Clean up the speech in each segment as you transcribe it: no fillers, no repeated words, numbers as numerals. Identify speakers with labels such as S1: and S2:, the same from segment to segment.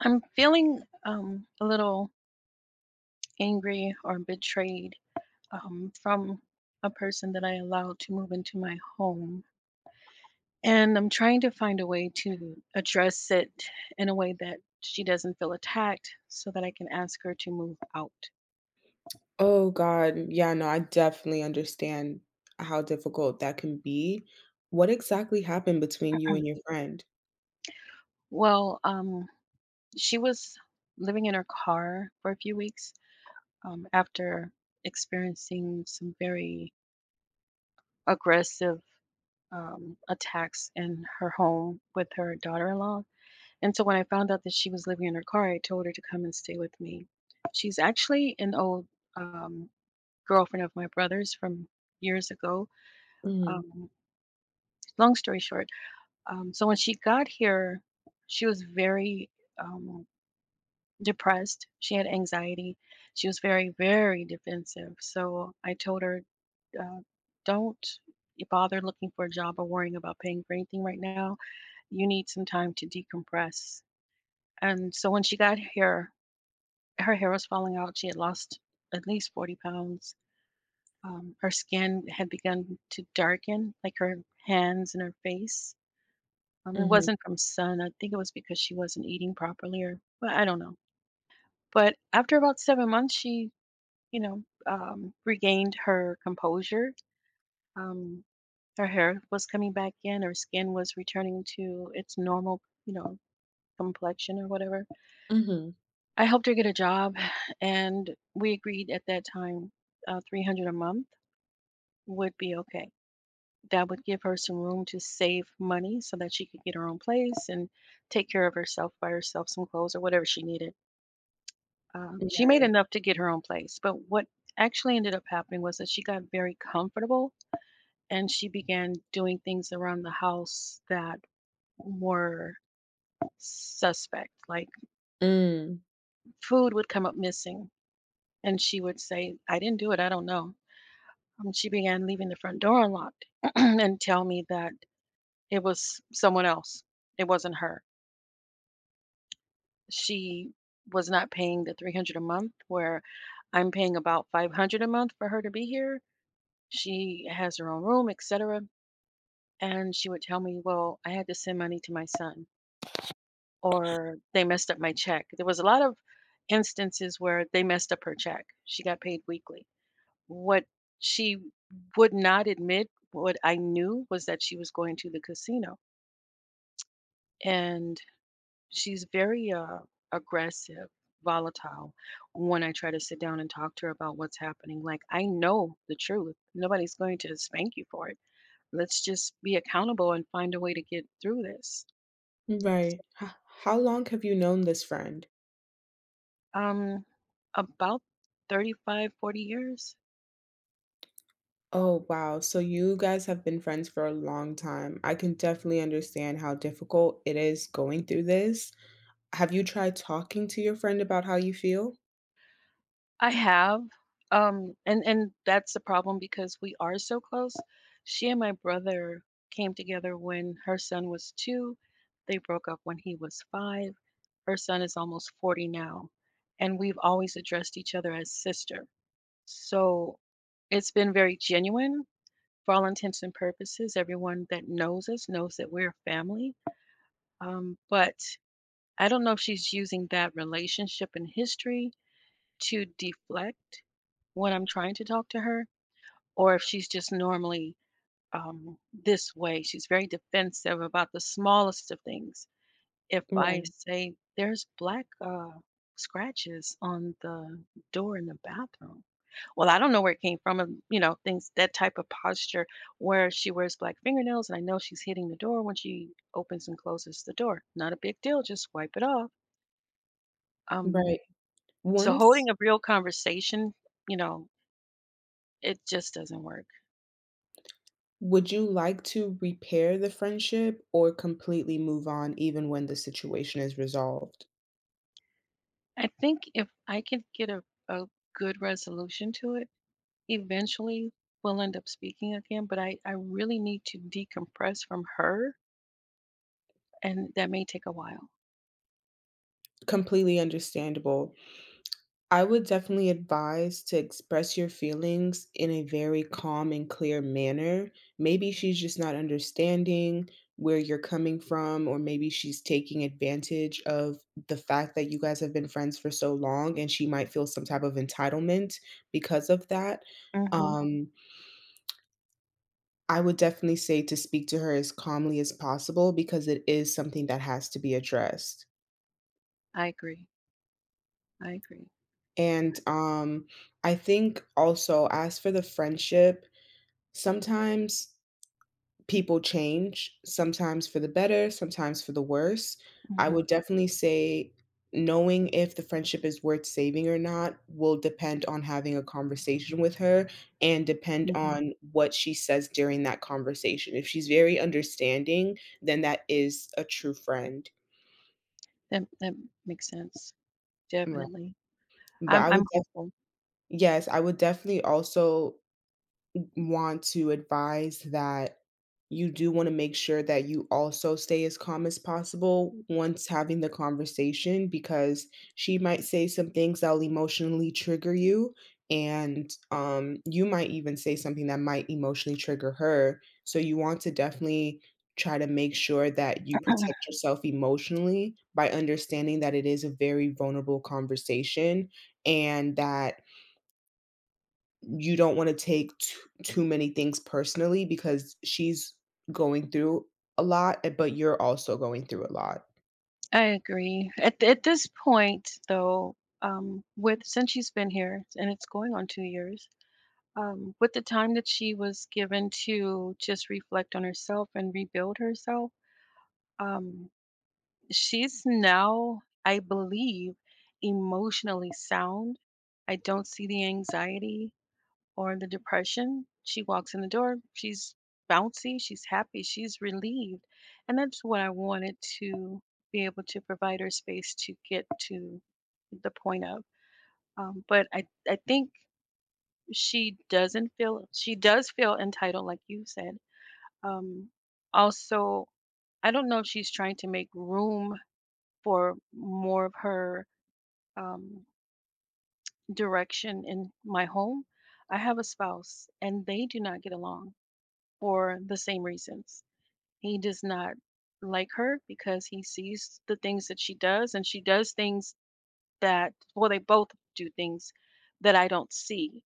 S1: I'm feeling a little angry or betrayed from a person that I allowed to move into my home. And I'm trying to find a way to address it in a way that she doesn't feel attacked so that I can ask her to move out.
S2: Oh god, yeah, no, I definitely understand how difficult that can be. What exactly happened between you and your friend?
S1: Well, she was living in her car for a few weeks after experiencing some very aggressive attacks in her home with her daughter in law. And so when I found out that she was living in her car, I told her to come and stay with me. She's actually an old um, girlfriend of my brother's from years ago.
S2: Mhm,
S1: Um, Long story short, so when she got here, she was very um, depressed. She had anxiety. She was very, very defensive. So I told her, uh, don't bother looking for a job or worrying about paying for anything right now. You need some time to decompress. And so when she got here, her hair was falling out. She had lost at least 40 pounds. Her skin had begun to darken, like her hands and her face. It
S2: mhm,
S1: wasn't from sun. I think it was because she wasn't eating properly, or well, I don't know. But after about 7 months, she, regained her composure. Um, Her hair was coming back in. Her skin was returning to its normal, you know, complexion or whatever.
S2: mhm.
S1: I helped her get a job, and we agreed at that time, 300 a month would be okay. That would give her some room to save money so that she could get her own place and take care of herself, buy herself some clothes or whatever she needed. She made
S2: Right.
S1: enough to get her own place, but what actually ended up happening was that she got very comfortable, and she began doing things around the house that were suspect. Like,
S2: Mm,
S1: food would come up missing, and she would say, "I didn't do it, I don't know." She began leaving the front door unlocked and tell me that it was someone else. It wasn't her. She was not paying the 300 a month, where I'm paying about 500 a month for her to be here. She has her own room, etc. And she would tell me, "Well, I had to send money to my son, or they messed up my check." There was a lot of instances where they messed up her check. She got paid weekly. What she would not admit, what I knew, was that she was going to the casino. And she's very aggressive, volatile when I try to sit down and talk to her about what's happening. Like, I know the truth. Nobody's going to spank you for it. Let's just be accountable and find a way to get through this. So,
S2: right. How long have you known this friend?
S1: Um, about 35, 40 years.
S2: Oh, wow. So you guys have been friends for a long time. I can definitely understand how difficult it is going through this. Have you tried talking to your friend about how you feel?
S1: I have, and that's the problem because we are so close. She and my brother came together when her son was 2. They broke up when he was 5. Her son is almost 40 now, and we've always addressed each other as sister. So it's been very genuine, for all intents and purposes. Everyone that knows us knows that we're family. But I don't know if she's using that relationship and history to deflect when I'm trying to talk to her, or if she's just normally this way. She's very defensive about the smallest of things. If I
S2: Right,
S1: say there's black scratches on the door in the bathroom, well, I don't know where it came from, and you know, things, that type of posture, where she wears black fingernails, and I know she's hitting the door when she opens and closes the door. Not a big deal, just wipe it off. Um,
S2: right.
S1: so
S2: Once
S1: holding a real conversation, you know, it just doesn't work.
S2: Would you like to repair the friendship or completely move on even when the situation is resolved?
S1: I think if I could get a a good resolution to it, eventually we'll end up speaking again, but I really need to decompress from her, and that may take a while.
S2: Completely understandable. I would definitely advise to express your feelings in a very calm and clear manner. Maybe she's just not understanding where you're coming from, or maybe she's taking advantage of the fact that you guys have been friends for so long and she might feel some type of entitlement because of that.
S1: Mhm.
S2: Um, I would definitely say to speak to her as calmly as possible because it is something that has to be addressed.
S1: I agree. I agree.
S2: And, I think also, as for the friendship, sometimes people change, sometimes for the better, sometimes for the worse. I
S1: Mhm.
S2: would definitely say knowing if the friendship is worth saving or not will depend on having a conversation with her and depend
S1: Mhm.
S2: on what she says during that conversation. If she's very understanding, then that is a true friend.
S1: That makes sense.
S2: Right.
S1: Definitely.
S2: But
S1: I'm
S2: I would
S1: I'm
S2: def
S1: hopeful.
S2: Yes, I would definitely also want to advise that you do want to make sure that you also stay as calm as possible once having the conversation, because she might say some things that'll emotionally trigger you, and you might even say something that might emotionally trigger her, so you want to definitely try to make sure that you protect yourself emotionally by understanding that it is a very vulnerable conversation, and that you don't want to take too, too many things personally because she's going through a lot, but you're also going through a lot.
S1: I agree. At this point, though, with since she's been here and it's going on 2 years, with the time that she was given to just reflect on herself and rebuild herself, um, she's now, I believe, emotionally sound. I don't see the anxiety or the depression. She walks in the door, she's bouncy, she's happy, she's relieved. And that's what I wanted to be able to provide her space to get to the point of. But I think she doesn't feel, she does feel entitled, like you said. Um, also, I don't know if she's trying to make room for more of her um, direction in my home. I have a spouse and they do not get along for the same reasons. He does not like her because he sees the things that she does, and she does things that, well, they both do things that I don't see,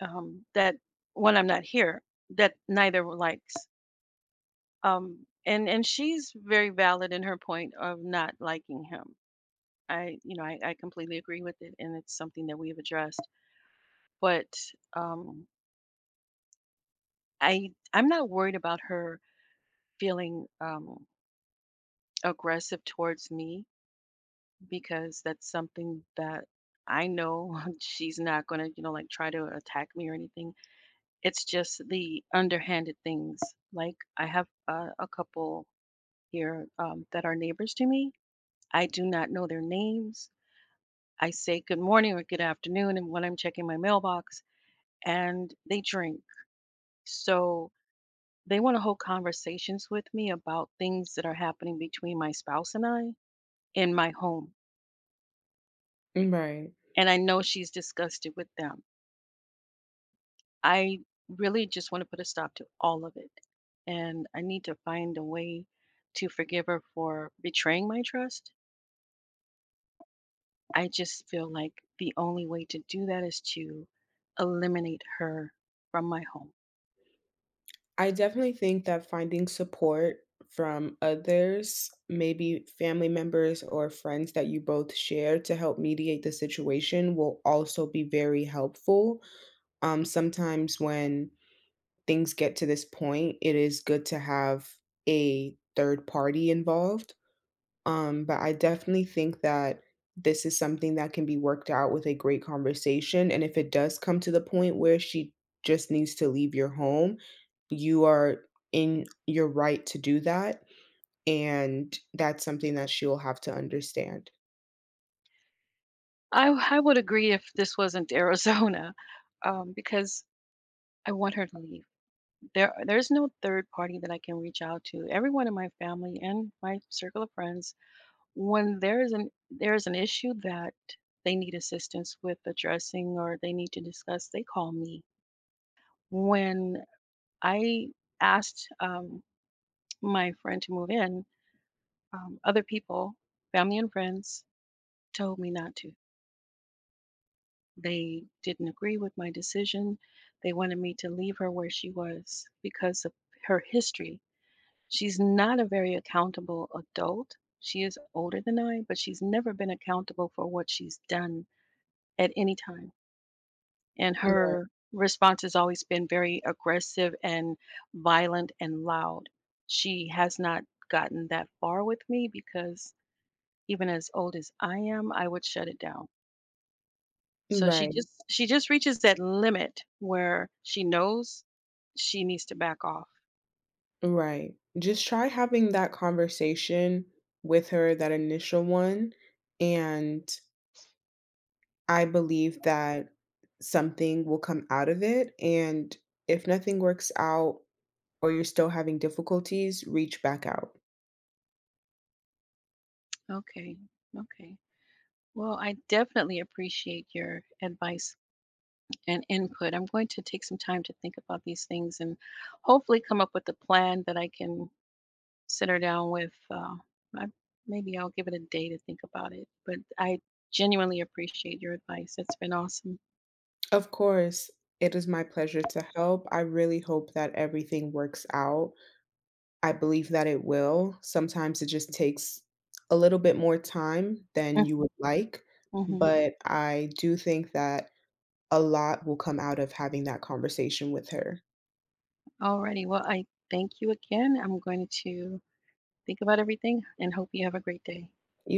S1: that when I'm not here, that neither likes. And she's very valid in her point of not liking him. I, you know, I completely agree with it, and it's something that we've addressed. But um, I'm not worried about her feeling aggressive towards me, because that's something that I know she's not gonna, you know, like try to attack me or anything. It's just the underhanded things. Like, I have a couple here that are neighbors to me. I do not know their names. I say good morning or good afternoon, and when I'm checking my mailbox, and they drink. So they want to hold conversations with me about things that are happening between my spouse and I in my home.
S2: Right.
S1: And I know she's disgusted with them. I really just want to put a stop to all of it. And I need to find a way to forgive her for betraying my trust. I just feel like the only way to do that is to eliminate her from my home.
S2: I definitely think that finding support from others, maybe family members or friends that you both share to help mediate the situation, will also be very helpful. Sometimes when things get to this point, it is good to have a third party involved. But I definitely think that this is something that can be worked out with a great conversation, and if it does come to the point where she just needs to leave your home, you are in your right to do that, and that's something that she'll have to understand.
S1: I would agree if this wasn't Arizona, because I want her to leave. There's no third party that I can reach out to. Everyone in my family and my circle of friends, when there is an issue that they need assistance with addressing or they need to discuss, they call me. When I asked my friend to move in, other people, family and friends, told me not to. They didn't agree with my decision. They wanted me to leave her where she was because of her history. She's not a very accountable adult. She is older than I, but she's never been accountable for what she's done at any time, and
S2: Right,
S1: her response has always been very aggressive and violent and loud. She has not gotten that far with me because even as old as I am, I would shut it down. So she
S2: right,
S1: just she just reaches that limit where she knows she needs to back off.
S2: right. Just try having that conversation with her, that initial one, and I believe that something will come out of it, and if nothing works out or you're still having difficulties, reach back out.
S1: Okay. Okay. Well, I definitely appreciate your advice and input. I'm going to take some time to think about these things and hopefully come up with a plan that I can sit her down with. I, Maybe I'll give it a day to think about it. But I genuinely appreciate your advice. It's been awesome.
S2: Of course, it is my pleasure to help. I really hope that everything works out. I believe that it will. Sometimes it just takes a little bit more time than you would
S1: Mhm,
S2: like,
S1: mhm.
S2: but I do think that a lot will come out of having that conversation with her.
S1: Alrighty. Well, I thank you again. I'm going to think about everything and hope you have a great day.
S2: You